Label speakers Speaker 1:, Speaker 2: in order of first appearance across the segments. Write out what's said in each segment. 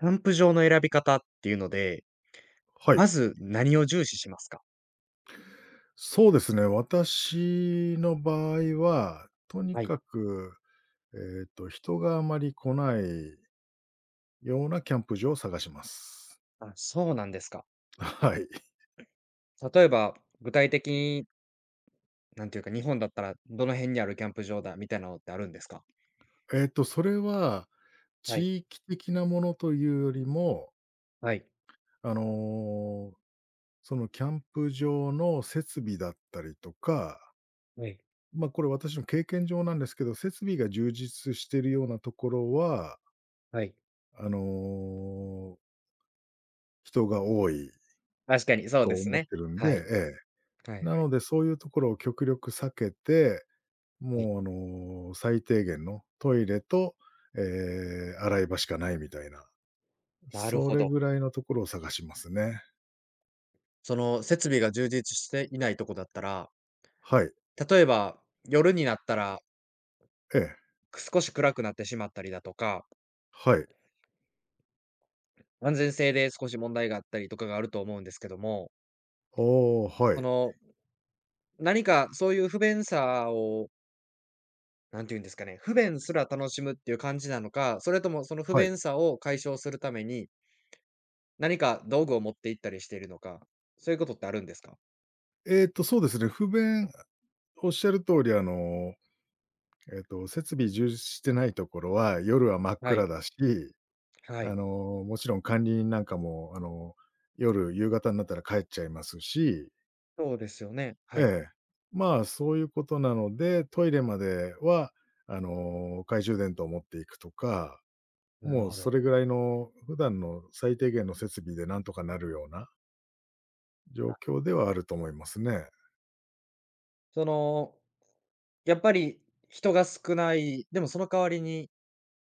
Speaker 1: キャンプ場の選び方っていうので、
Speaker 2: はい。
Speaker 1: まず何を重視しますか？
Speaker 2: そうですね。私の場合は、とに
Speaker 1: はい。
Speaker 2: かく、人があまり来ないようなキャンプ場を探します。
Speaker 1: あ、そうなんですか。
Speaker 2: はい。
Speaker 1: 例えば、具体的に、なんていうか、日本だったらどの辺にあるキャンプ場だみたいなのってあるんですか？
Speaker 2: それは
Speaker 1: はい、
Speaker 2: 地域的なものというよりも、
Speaker 1: はい、
Speaker 2: あの、そのキャンプ場の設備だったりとか、
Speaker 1: はい、
Speaker 2: まあ、これ私の経験上なんですけど、設備が充実しているようなところは、
Speaker 1: はい。
Speaker 2: あの、人が多い
Speaker 1: 確かにそう
Speaker 2: と
Speaker 1: です
Speaker 2: 思っ
Speaker 1: ね。
Speaker 2: てるん
Speaker 1: は
Speaker 2: で。
Speaker 1: い、はい、はい
Speaker 2: なので、そういうところを極力避けて、
Speaker 1: はい。
Speaker 2: もう、最低限のトイレと、洗い場しかないみたいな、
Speaker 1: なる
Speaker 2: そ
Speaker 1: ほ
Speaker 2: れ
Speaker 1: ど。
Speaker 2: ぐらいのところを探しますね。
Speaker 1: その設備が充実していないとこだったら、
Speaker 2: はい。
Speaker 1: 例えば夜になったら、
Speaker 2: ええ、
Speaker 1: 少し暗くなってしまったりだとか、
Speaker 2: はい。
Speaker 1: 安全性で少し問題があったりとかがあると思うんですけども、
Speaker 2: ああ、は
Speaker 1: そ
Speaker 2: い、
Speaker 1: の何かそういう不便さを、何て言うんですかね、不便すら楽しむっていう感じなのか、それともその不
Speaker 2: はい。
Speaker 1: 便さを解消するために、何か道具を持って行ったりしているのか、そういうことってあるんですか？
Speaker 2: そうですね、おっしゃる通り、設備充実してないところは、夜は真っ
Speaker 1: はい、
Speaker 2: 暗だし、
Speaker 1: はい。
Speaker 2: もちろん管理人なんかも、夕方になったら帰っちゃいますし
Speaker 1: そうですよね、
Speaker 2: え
Speaker 1: はい。
Speaker 2: え。まあ、そういうことなので、トイレまでは、懐中電灯を持っていくとか、
Speaker 1: なる
Speaker 2: もう
Speaker 1: ほ
Speaker 2: そ
Speaker 1: ど。
Speaker 2: れぐらいの普段の最低限の設備でなんとかなるような状況ではあると思いますね。
Speaker 1: その、やっぱり人が少ない、でもその代わりに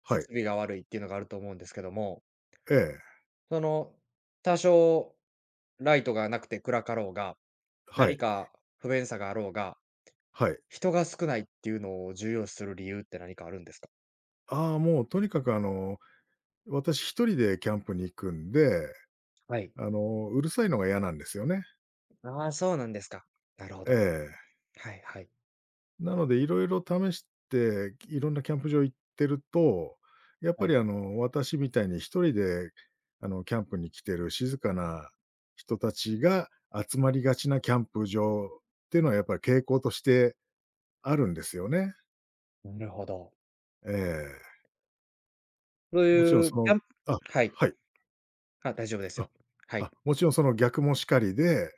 Speaker 2: は
Speaker 1: 設
Speaker 2: い。
Speaker 1: 備が悪いっていうのがあると思うんですけども、
Speaker 2: ええ。
Speaker 1: その、多少ライトがなくて暗かろうが、
Speaker 2: はい。
Speaker 1: 何か不便さがあろうが
Speaker 2: はい。
Speaker 1: 人が少ないっていうのを重要視する理由って何かあるんですか？
Speaker 2: ああ、もうとにかく私一人でキャンプに行くんで、
Speaker 1: はい。
Speaker 2: うるさいのが嫌なんですよね。
Speaker 1: ああ、そうなんですか。なるほ
Speaker 2: え
Speaker 1: ど。
Speaker 2: え。
Speaker 1: はいはい。
Speaker 2: なので、いろいろ試して、いろんなキャンプ場行ってると、やっ
Speaker 1: は
Speaker 2: ぱり
Speaker 1: い。
Speaker 2: 私みたいに一人で、キャンプに来てる静かな人たちが集まりがちなキャンプ場っていうのはやっぱり傾向としてあるんですよね。
Speaker 1: なるほど。
Speaker 2: ええ。
Speaker 1: そう
Speaker 2: もちろん
Speaker 1: い
Speaker 2: そ
Speaker 1: うキ
Speaker 2: の
Speaker 1: ャンプ
Speaker 2: あ、
Speaker 1: はい。
Speaker 2: はい。
Speaker 1: あ、大丈夫ですよ。
Speaker 2: あ、
Speaker 1: はい。
Speaker 2: もちろんその逆もしかりで、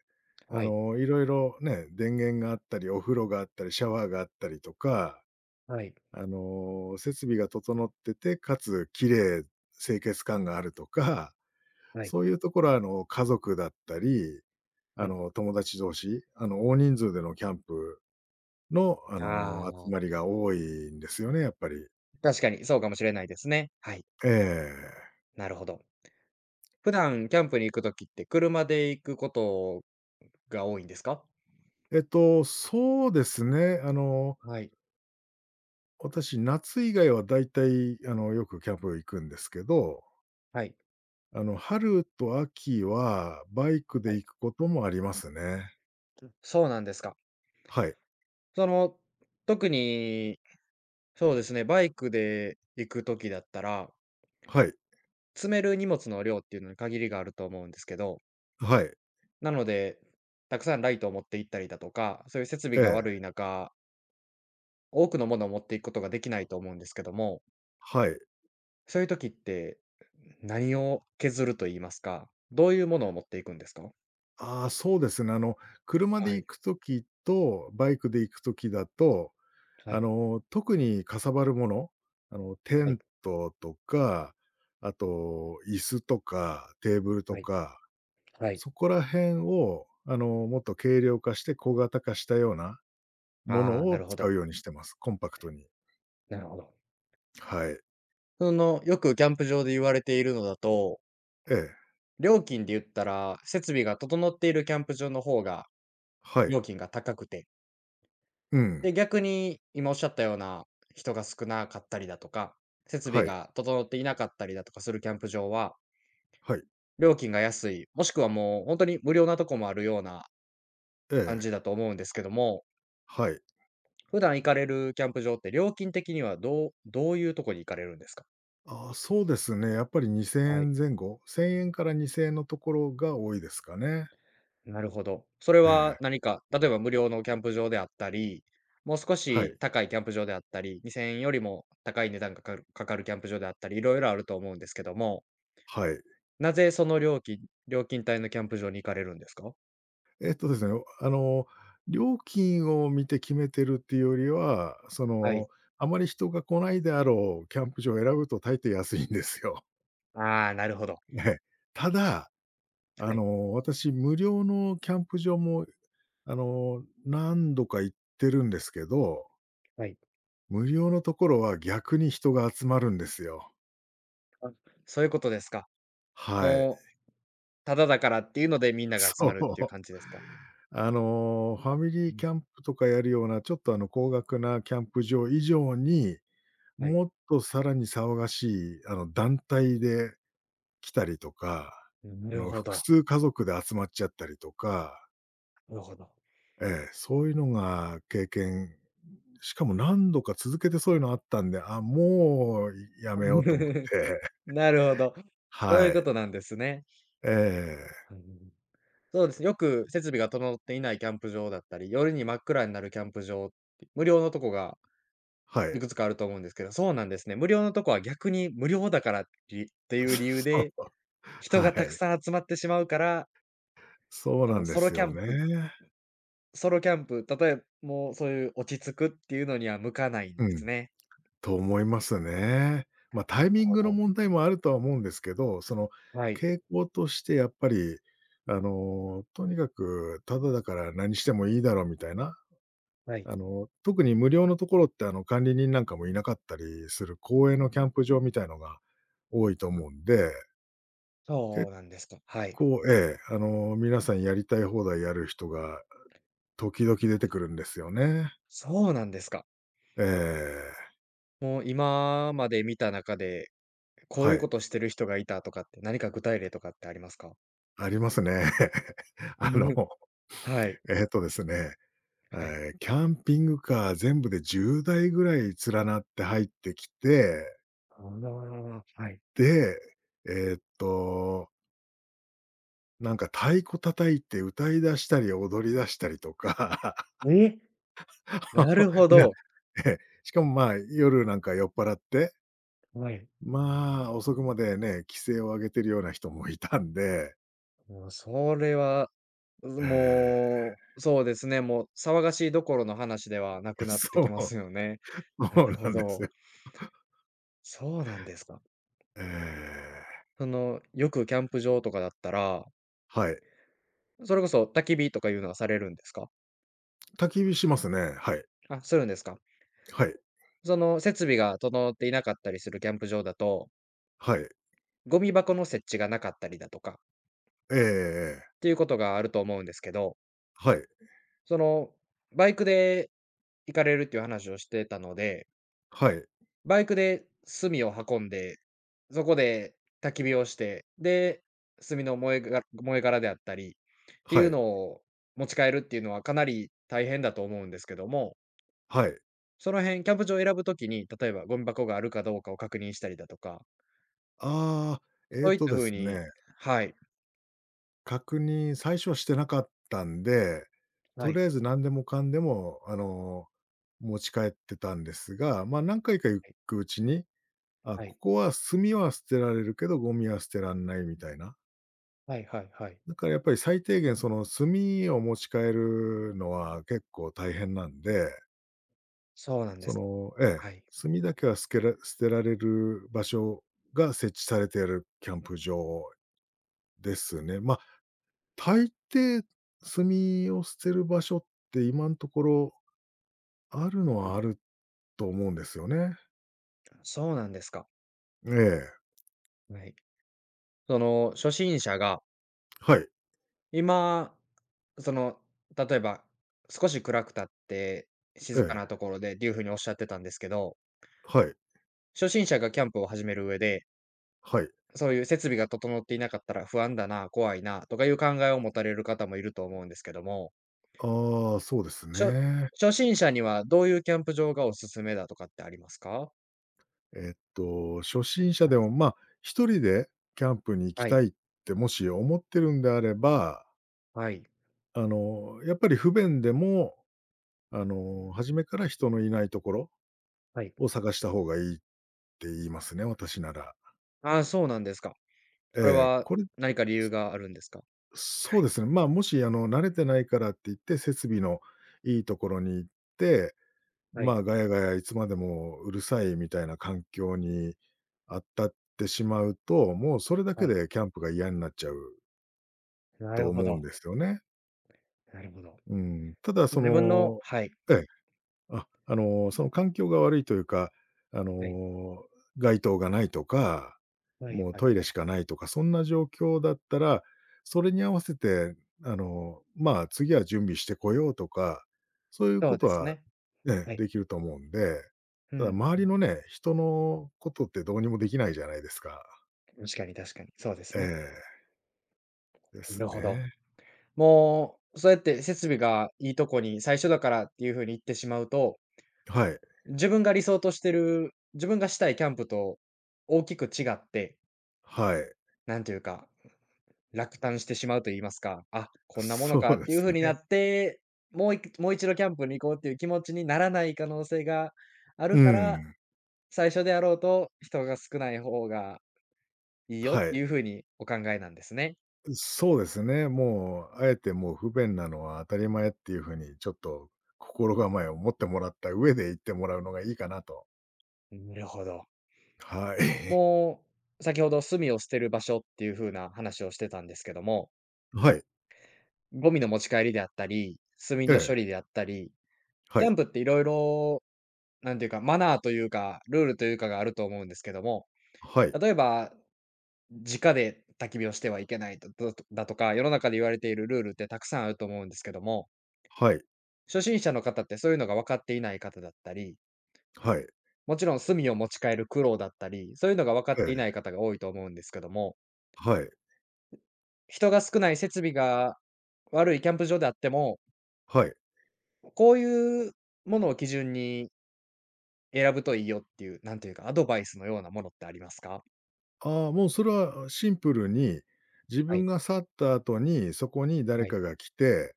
Speaker 1: はい。
Speaker 2: いろいろね、電源があったり、お風呂があったり、シャワーがあったりとか
Speaker 1: はい。
Speaker 2: 設備が整ってて、かつ綺麗、清潔感があるとか、
Speaker 1: はい。
Speaker 2: そういうところは、家族だったり、
Speaker 1: はい。
Speaker 2: 友達同士、大人数でのキャンプの、
Speaker 1: あ
Speaker 2: 集ま
Speaker 1: あ、
Speaker 2: りが多いんですよね、やっぱり。
Speaker 1: 確かにそうかもしれないですね。はい、
Speaker 2: ええ。
Speaker 1: なるほど。普段キャンプに行く時って車で行くことが多いんですか？
Speaker 2: そうですね、
Speaker 1: はい。
Speaker 2: 私、夏以外はだいたい、よくキャンプ行くんですけど、
Speaker 1: はい。
Speaker 2: 春と秋はバイクで
Speaker 1: はい。
Speaker 2: 行くこともありますね。
Speaker 1: そうなんですか。
Speaker 2: はい。
Speaker 1: その、特に、そうですね、バイクで行くときだったら、
Speaker 2: はい。
Speaker 1: 積める荷物の量っていうのに限りがあると思うんですけど、
Speaker 2: はい。
Speaker 1: なので、たくさんライトを持って行ったりだとか、そういう設備
Speaker 2: え
Speaker 1: が
Speaker 2: え。
Speaker 1: 悪い中、多くのものを持っていくことができないと思うんですけども、
Speaker 2: はい。
Speaker 1: そういう時って、何を削ると言いますか、どういうものを持っていくんですか？
Speaker 2: ああ、そうですね。車で
Speaker 1: は
Speaker 2: 行
Speaker 1: い。
Speaker 2: くときと、バイクで行くときだと、
Speaker 1: はい、
Speaker 2: 特にかさばるもの、テ
Speaker 1: はい、
Speaker 2: ントとか、あと椅子とかテーブル
Speaker 1: は
Speaker 2: と
Speaker 1: い、
Speaker 2: か、
Speaker 1: はい。
Speaker 2: そこら辺を、もっと軽量化して小型化したようなもの
Speaker 1: ああ、な
Speaker 2: を
Speaker 1: るほ
Speaker 2: 使
Speaker 1: ど。
Speaker 2: うようにしてます。コンパクトに。
Speaker 1: なるほど。
Speaker 2: はい。
Speaker 1: その、よくキャンプ場で言われているのだと
Speaker 2: ええ。
Speaker 1: 料金で言ったら、設備が整っているキャンプ場の方が
Speaker 2: はい。
Speaker 1: 料金が高くて、
Speaker 2: うん。
Speaker 1: で、逆に今おっしゃったような人が少なかったりだとか、設
Speaker 2: は
Speaker 1: 備
Speaker 2: い。
Speaker 1: が整っていなかったりだとかするキャンプ場は、
Speaker 2: はい。
Speaker 1: 料金が安い、もしくはもう本当に無料なとこもあるような
Speaker 2: え
Speaker 1: 感
Speaker 2: え。
Speaker 1: じだと思うんですけども、
Speaker 2: はい。
Speaker 1: 普段行かれるキャンプ場って料金的にはどういうとこに行かれるんですか？
Speaker 2: ああ、そうですね。やっぱり2000
Speaker 1: はい。
Speaker 2: 円前後、1000円から2000円のところが多いですかね。
Speaker 1: なるほど。それ
Speaker 2: え
Speaker 1: は
Speaker 2: え。
Speaker 1: 何か、例えば無料のキャンプ場であったり、もう少
Speaker 2: は
Speaker 1: し
Speaker 2: い。
Speaker 1: 高いキャンプ場であったり、2000円よりも高い値段がかかるキャンプ場であったり、いろいろあると思うんですけども、
Speaker 2: はい。
Speaker 1: なぜその料金帯のキャンプ場に行かれるんですか？
Speaker 2: えっとですね、料金を見て決めてるっていうよりは、そ
Speaker 1: はい。
Speaker 2: の、あまり人が来ないであろうキャンプ場を選ぶと大抵安いんですよ。
Speaker 1: ああ、なるほど。
Speaker 2: ね。ただ、
Speaker 1: はい、
Speaker 2: 私無料のキャンプ場も、何度か行ってるんですけど、
Speaker 1: はい。
Speaker 2: 無料のところは逆に人が集まるんですよ。
Speaker 1: あ、そういうことですか。
Speaker 2: はい。
Speaker 1: もう、タダだからっていうのでみんなが集ま
Speaker 2: そ
Speaker 1: るっていう
Speaker 2: う。
Speaker 1: 感じですか？
Speaker 2: ファミリ
Speaker 1: は
Speaker 2: ーキャ
Speaker 1: い、
Speaker 2: ンプとかやるような、ちょっと高額なキャンプ場以上に、
Speaker 1: はい。
Speaker 2: もっとさらに騒がしい、団体で来たりとか、
Speaker 1: なるほ
Speaker 2: 複
Speaker 1: ど、
Speaker 2: 数家族で集まっちゃったりとか、
Speaker 1: なるほど。
Speaker 2: ええ、そういうのがしかも何度か続けてそういうのあったんで、あ、もうやめようと思って。
Speaker 1: なるほど。そ
Speaker 2: は
Speaker 1: ういうこ
Speaker 2: い。
Speaker 1: となんですね。
Speaker 2: ええ、
Speaker 1: はい。そうですね、よく設備が整っていないキャンプ場だったり、夜に真っ暗になるキャンプ場って、無料のとこが
Speaker 2: はい。
Speaker 1: いくつかあると思うんですけど、そうなんですね。無料のとこは逆に無料だからりってい う理由
Speaker 2: そ
Speaker 1: で、
Speaker 2: う、
Speaker 1: 人
Speaker 2: は
Speaker 1: がたく
Speaker 2: い。
Speaker 1: さん集まってしまうから、
Speaker 2: そう
Speaker 1: あ
Speaker 2: な
Speaker 1: の、
Speaker 2: んで
Speaker 1: ソロ
Speaker 2: す
Speaker 1: キャ
Speaker 2: よ
Speaker 1: ンプ
Speaker 2: ね。
Speaker 1: ソロキャンプ、例えばもうそういう落ち着くっていうのには向かないん
Speaker 2: う
Speaker 1: です
Speaker 2: ん。
Speaker 1: ね。
Speaker 2: と思いますね。
Speaker 1: な
Speaker 2: まあ、
Speaker 1: る
Speaker 2: タイミン
Speaker 1: ほ
Speaker 2: グの
Speaker 1: ど。
Speaker 2: 問題もあるとは思うんですけど、その、
Speaker 1: はい、
Speaker 2: 傾向としてやっぱり、とにかくタダだから何してもいいだろうみたいな、
Speaker 1: はい。
Speaker 2: 特に無料のところって、管理人なんかもいなかったりする公営のキャンプ場みたいのが多いと思うんで、
Speaker 1: そ
Speaker 2: 結
Speaker 1: うなんですか。はい。
Speaker 2: 構、皆さんやりたい放題やる人が時々出
Speaker 1: あ、
Speaker 2: てくるんですよね。
Speaker 1: そうなんですか。
Speaker 2: ええ、
Speaker 1: もう今まで見た中でこうい
Speaker 2: は
Speaker 1: う
Speaker 2: い、
Speaker 1: ことしてる人がいたとかって、何か具体例とかってありますか？
Speaker 2: ありますね。
Speaker 1: う
Speaker 2: あの、
Speaker 1: ん、はい、
Speaker 2: えっとですね
Speaker 1: はい。
Speaker 2: キャンピングカー全部で10台ぐらい連なって入ってきて、
Speaker 1: ああ、はい。
Speaker 2: で、えーっと、なんか太鼓叩いて歌い出したり踊り出したりとか、
Speaker 1: え、なる ほ
Speaker 2: みんな
Speaker 1: ど。
Speaker 2: え、しかも、まあ、夜なんか酔っ払って、
Speaker 1: はい。
Speaker 2: まあ、遅くまでね、気制を上げてるような人もいたんで、
Speaker 1: もうそれは、
Speaker 2: え
Speaker 1: もう、そうですね、もう騒がしいどころの話ではなく なって
Speaker 2: そ
Speaker 1: きま
Speaker 2: う、
Speaker 1: すよね。な
Speaker 2: そう
Speaker 1: る
Speaker 2: な
Speaker 1: ほ
Speaker 2: んです
Speaker 1: ど。
Speaker 2: よ。
Speaker 1: そうなんですか。
Speaker 2: えー
Speaker 1: その、よくキャンプ場とかだったら、
Speaker 2: はい。
Speaker 1: それこそ焚き火とかいうのはされるんですか？
Speaker 2: 焚き火しますね。はい、
Speaker 1: あ、するんですか？
Speaker 2: はい、
Speaker 1: その設備が整っていなかったりするキャンプ場だと
Speaker 2: はい。
Speaker 1: ゴミ箱の設置がなかったりだとか
Speaker 2: え
Speaker 1: っ
Speaker 2: え。
Speaker 1: ていうことがあると思うんですけど、
Speaker 2: はい、
Speaker 1: その、バイクで行かれるっていう話をしてたので、
Speaker 2: はい。
Speaker 1: バイクで炭を運んで、そこで焚き火をして、で、炭の燃えが燃え殻であったりって
Speaker 2: は
Speaker 1: いう
Speaker 2: い、
Speaker 1: のを持ち帰るっていうのはかなり大変だと思うんですけども、
Speaker 2: はい。
Speaker 1: その辺キャンプ場を選ぶときに、例えばゴミ箱があるかどうかを確認したりだとか、
Speaker 2: ああ、ええ
Speaker 1: そういっ
Speaker 2: と
Speaker 1: た
Speaker 2: で
Speaker 1: 風
Speaker 2: す
Speaker 1: に
Speaker 2: ね、
Speaker 1: はい、
Speaker 2: 確認、最初はしてなかったんで、
Speaker 1: は
Speaker 2: とり
Speaker 1: い、
Speaker 2: あえず何でもかんでも、持ち帰ってたんですが、ま、何回か行
Speaker 1: はい、
Speaker 2: くうちに、あ、
Speaker 1: は
Speaker 2: こ
Speaker 1: い、
Speaker 2: こは炭は捨てられるけど、ゴミは捨てらんないみたいな。
Speaker 1: はいはいはい。
Speaker 2: だからやっぱり最低限その炭を持ち帰るのは結構大変なんで、
Speaker 1: そうなんで
Speaker 2: そ
Speaker 1: す。
Speaker 2: のええ、
Speaker 1: はい。
Speaker 2: 炭だけは捨てられる場所が設置されているキャンプ場ですね。ま、大抵、炭を捨てる場所って今んところあるの
Speaker 1: う
Speaker 2: は
Speaker 1: ん。
Speaker 2: あると思うんですよね。
Speaker 1: そうなんですか。
Speaker 2: ええ、
Speaker 1: はい。その、初心者が、
Speaker 2: はい、
Speaker 1: 今、その、例えば、少し暗くたって、
Speaker 2: え
Speaker 1: 静かな
Speaker 2: え、
Speaker 1: ところでっていうふうにおっしゃってたんですけど、
Speaker 2: はい、
Speaker 1: 初心者がキャンプを始める上で、
Speaker 2: はい。
Speaker 1: そういう設備が整っていなかったら不安だな、怖いな、とかいう考えを持たれる方もいると思うんですけども、
Speaker 2: ああ、そうです
Speaker 1: しょ
Speaker 2: ね。
Speaker 1: 初心者にはどういうキャンプ場がおすすめだとかってありますか？
Speaker 2: 初心者
Speaker 1: は
Speaker 2: でも、
Speaker 1: い。
Speaker 2: まあ、一人でキャンプに行き
Speaker 1: は
Speaker 2: たいってもし思ってるんであれば、
Speaker 1: い。
Speaker 2: やっぱり不便でも、初めから人のいないところ
Speaker 1: はい。
Speaker 2: を探した方がいいって言いますね、私なら。
Speaker 1: ああ、そうなんですか。それ
Speaker 2: え
Speaker 1: は
Speaker 2: え、
Speaker 1: 何か理由があるんですか？は
Speaker 2: そう
Speaker 1: い。
Speaker 2: ですね。まあ、もし慣れてないからって言って、設備のいいところに行って、
Speaker 1: は
Speaker 2: ま
Speaker 1: い。
Speaker 2: あ、ガヤガヤいつまでもうるさいみたいな環境にあったってしまうと、もうそれだけ
Speaker 1: はい。
Speaker 2: でキャンプが嫌になっちゃう
Speaker 1: な
Speaker 2: と
Speaker 1: るほ
Speaker 2: 思うん
Speaker 1: ど、
Speaker 2: ですよね。
Speaker 1: なるほど。
Speaker 2: うん。ただそ
Speaker 1: 自分の
Speaker 2: の
Speaker 1: はい、
Speaker 2: ええ。その環境が悪いというか、あ
Speaker 1: はい、
Speaker 2: の、街灯がないとか、
Speaker 1: はい
Speaker 2: もう
Speaker 1: はい
Speaker 2: トイレ
Speaker 1: は
Speaker 2: し
Speaker 1: い。
Speaker 2: かないとか、そんな状況だったら、それに合わせて、まあ、次は準備してこようとか、そういう
Speaker 1: そ
Speaker 2: こ
Speaker 1: う
Speaker 2: と
Speaker 1: です
Speaker 2: は、
Speaker 1: ね。
Speaker 2: ね、
Speaker 1: はい。
Speaker 2: できると思うんで、
Speaker 1: う
Speaker 2: ただ
Speaker 1: ん、
Speaker 2: 周
Speaker 1: う
Speaker 2: り
Speaker 1: ん。
Speaker 2: のね、人のことってどうにもできないじゃないですか。
Speaker 1: 確かに確かに、そうですね。
Speaker 2: ええ、で
Speaker 1: な
Speaker 2: す
Speaker 1: るほど。
Speaker 2: ね。
Speaker 1: もう、そうやって設備がいいとこに最初だからっていう風に言ってしまうと、
Speaker 2: はい、
Speaker 1: 自分が理想としてる、自分がしたいキャンプと大きく違って、
Speaker 2: はい、
Speaker 1: なんていうか、落胆してしまうと言いますか、あ、こんなもの
Speaker 2: そう
Speaker 1: かっ
Speaker 2: で
Speaker 1: ていう
Speaker 2: す
Speaker 1: 風にな
Speaker 2: ね。
Speaker 1: って、もう一度キャンプに行こうっていう気持ちにならない可能性があ
Speaker 2: う
Speaker 1: るから
Speaker 2: ん、
Speaker 1: 最初であろうと、人が少ない方がいいよっ
Speaker 2: はい。
Speaker 1: ていう風にお考えなんですね。
Speaker 2: そうですね。もう、あえてもう不便なのは当たり前っていう風に、ちょっと心構えを持ってもらった上で行ってもらうのがいいかなと。
Speaker 1: なるほど。
Speaker 2: はい。
Speaker 1: もう、先ほど炭を捨てる場所っていう風な話をしてたんですけども、
Speaker 2: はい。
Speaker 1: ゴミの持ち帰りであったり、炭
Speaker 2: え
Speaker 1: の処
Speaker 2: え。
Speaker 1: 理であったり、
Speaker 2: は
Speaker 1: キャ
Speaker 2: い。
Speaker 1: ンプっていろいろなんていうか、マナーというか、ルールというかがあると思うんですけども、
Speaker 2: はい。
Speaker 1: 例えば、直で焚き火をしてはいけないだとか、世の中で言われているルールってたくさんあると思うんですけども、
Speaker 2: はい。
Speaker 1: 初心者の方ってそういうのが分かっていない方だったり、
Speaker 2: はい。
Speaker 1: もちろん炭を持ち帰る苦労だったり、そういうのが分かっ
Speaker 2: え
Speaker 1: てい
Speaker 2: え。
Speaker 1: ない方が多いと思うんですけども、
Speaker 2: はい。
Speaker 1: 人が少ない設備が悪いキャンプ場であっても、
Speaker 2: はい。
Speaker 1: こういうものを基準に選ぶといいよっていう、なんというか、アドバイスのようなものってありますか？
Speaker 2: ああ、もうそれはシンプルに、自
Speaker 1: は
Speaker 2: 分
Speaker 1: い、
Speaker 2: が去った後に、そこに誰
Speaker 1: はい、
Speaker 2: かが来て、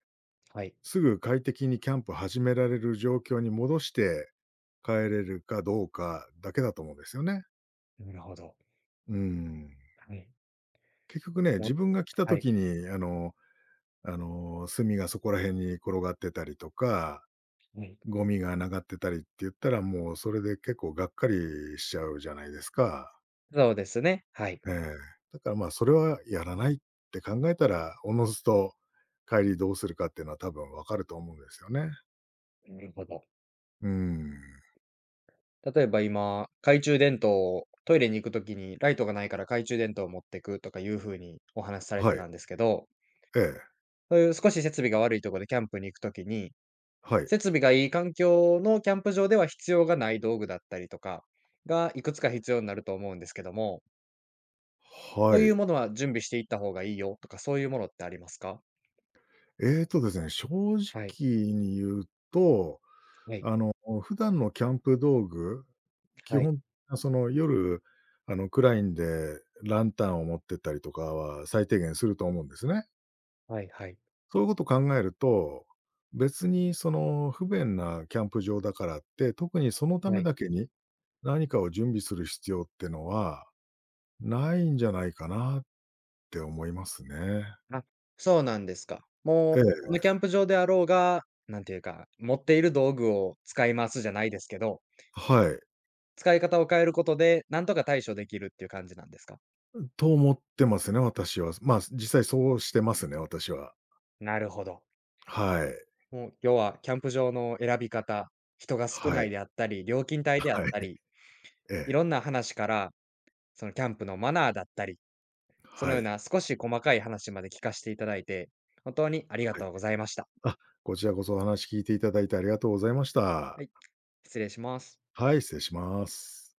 Speaker 1: はい。
Speaker 2: すぐ快適にキャンプ始められる状況に戻して、帰れるかどうかだけだと思うんですよね。
Speaker 1: なるほど。
Speaker 2: うん。
Speaker 1: はい。
Speaker 2: 結局ね、自
Speaker 1: も
Speaker 2: 分が来た
Speaker 1: はい、
Speaker 2: 時に、炭がそこら辺に転がってたりとか、
Speaker 1: はい。
Speaker 2: ゴミが流がってたりって言ったら、もうそれで結構がっかりしちゃうじゃないですか。
Speaker 1: そうですね、はい。
Speaker 2: ええ。だから、まあ、それはやらないって考えたら、おのずと帰りどうするかっていうのは多分わかると思うんですよね。
Speaker 1: なるほど。
Speaker 2: うん。
Speaker 1: 例えば今、懐中電灯をトイレに行くときにライトがないから懐中電灯を持ってくとかいう風にお話しされ
Speaker 2: は
Speaker 1: て
Speaker 2: い。
Speaker 1: たんですけど
Speaker 2: ええ。
Speaker 1: そういう少し設備が悪いところでキャンプに行くときに、
Speaker 2: はい。
Speaker 1: 設備がいい環境のキャンプ場では必要がない道具だったりとかが、いくつか必要になると思うんですけども、
Speaker 2: は
Speaker 1: こういう
Speaker 2: い。
Speaker 1: ものは準備していった方がいいよとか、そういうものってありますか？
Speaker 2: えっとですね、正
Speaker 1: はい、
Speaker 2: 直に言うと
Speaker 1: はい、
Speaker 2: あの、普段のキャンプ道具、基
Speaker 1: はい、
Speaker 2: 本、その、夜、暗いんで、ランタンを持ってったりとかは最低限すると思うんですね。
Speaker 1: はいはい、
Speaker 2: そういうこと考えると、別に、その、不便なキャンプ場だからって、特にそのた
Speaker 1: は
Speaker 2: め
Speaker 1: い。
Speaker 2: だけに何かを準備する必要ってのはないんじゃないかなって思いますね。
Speaker 1: あ、そうなんですか。もう、
Speaker 2: ええ、
Speaker 1: どのキャンプ場であろうが、なんていうか、持っている道具を使いますじゃないですけど、
Speaker 2: はい。
Speaker 1: 使い方を変えることで、なんとか対処できるっていう感じなんですか？
Speaker 2: と思ってますね、私は。まあ、実際そうしてますね、私は。
Speaker 1: なるほど。
Speaker 2: はい。
Speaker 1: もう、要はキャンプ場の選び方、人が少
Speaker 2: は
Speaker 1: な
Speaker 2: い。
Speaker 1: いであったり、料金帯であっ
Speaker 2: はい。
Speaker 1: たり、
Speaker 2: え
Speaker 1: い
Speaker 2: え。
Speaker 1: ろんな話から、そのキャンプのマナーだったり、その
Speaker 2: は
Speaker 1: よう
Speaker 2: い。
Speaker 1: な少し細かい話まで聞かせていただいて、本当にありが
Speaker 2: はい。
Speaker 1: とうございました。
Speaker 2: あ、こちらこそお話聞いていただいてありがとうございまし
Speaker 1: は
Speaker 2: た。
Speaker 1: い、失礼します。
Speaker 2: はい、失礼します。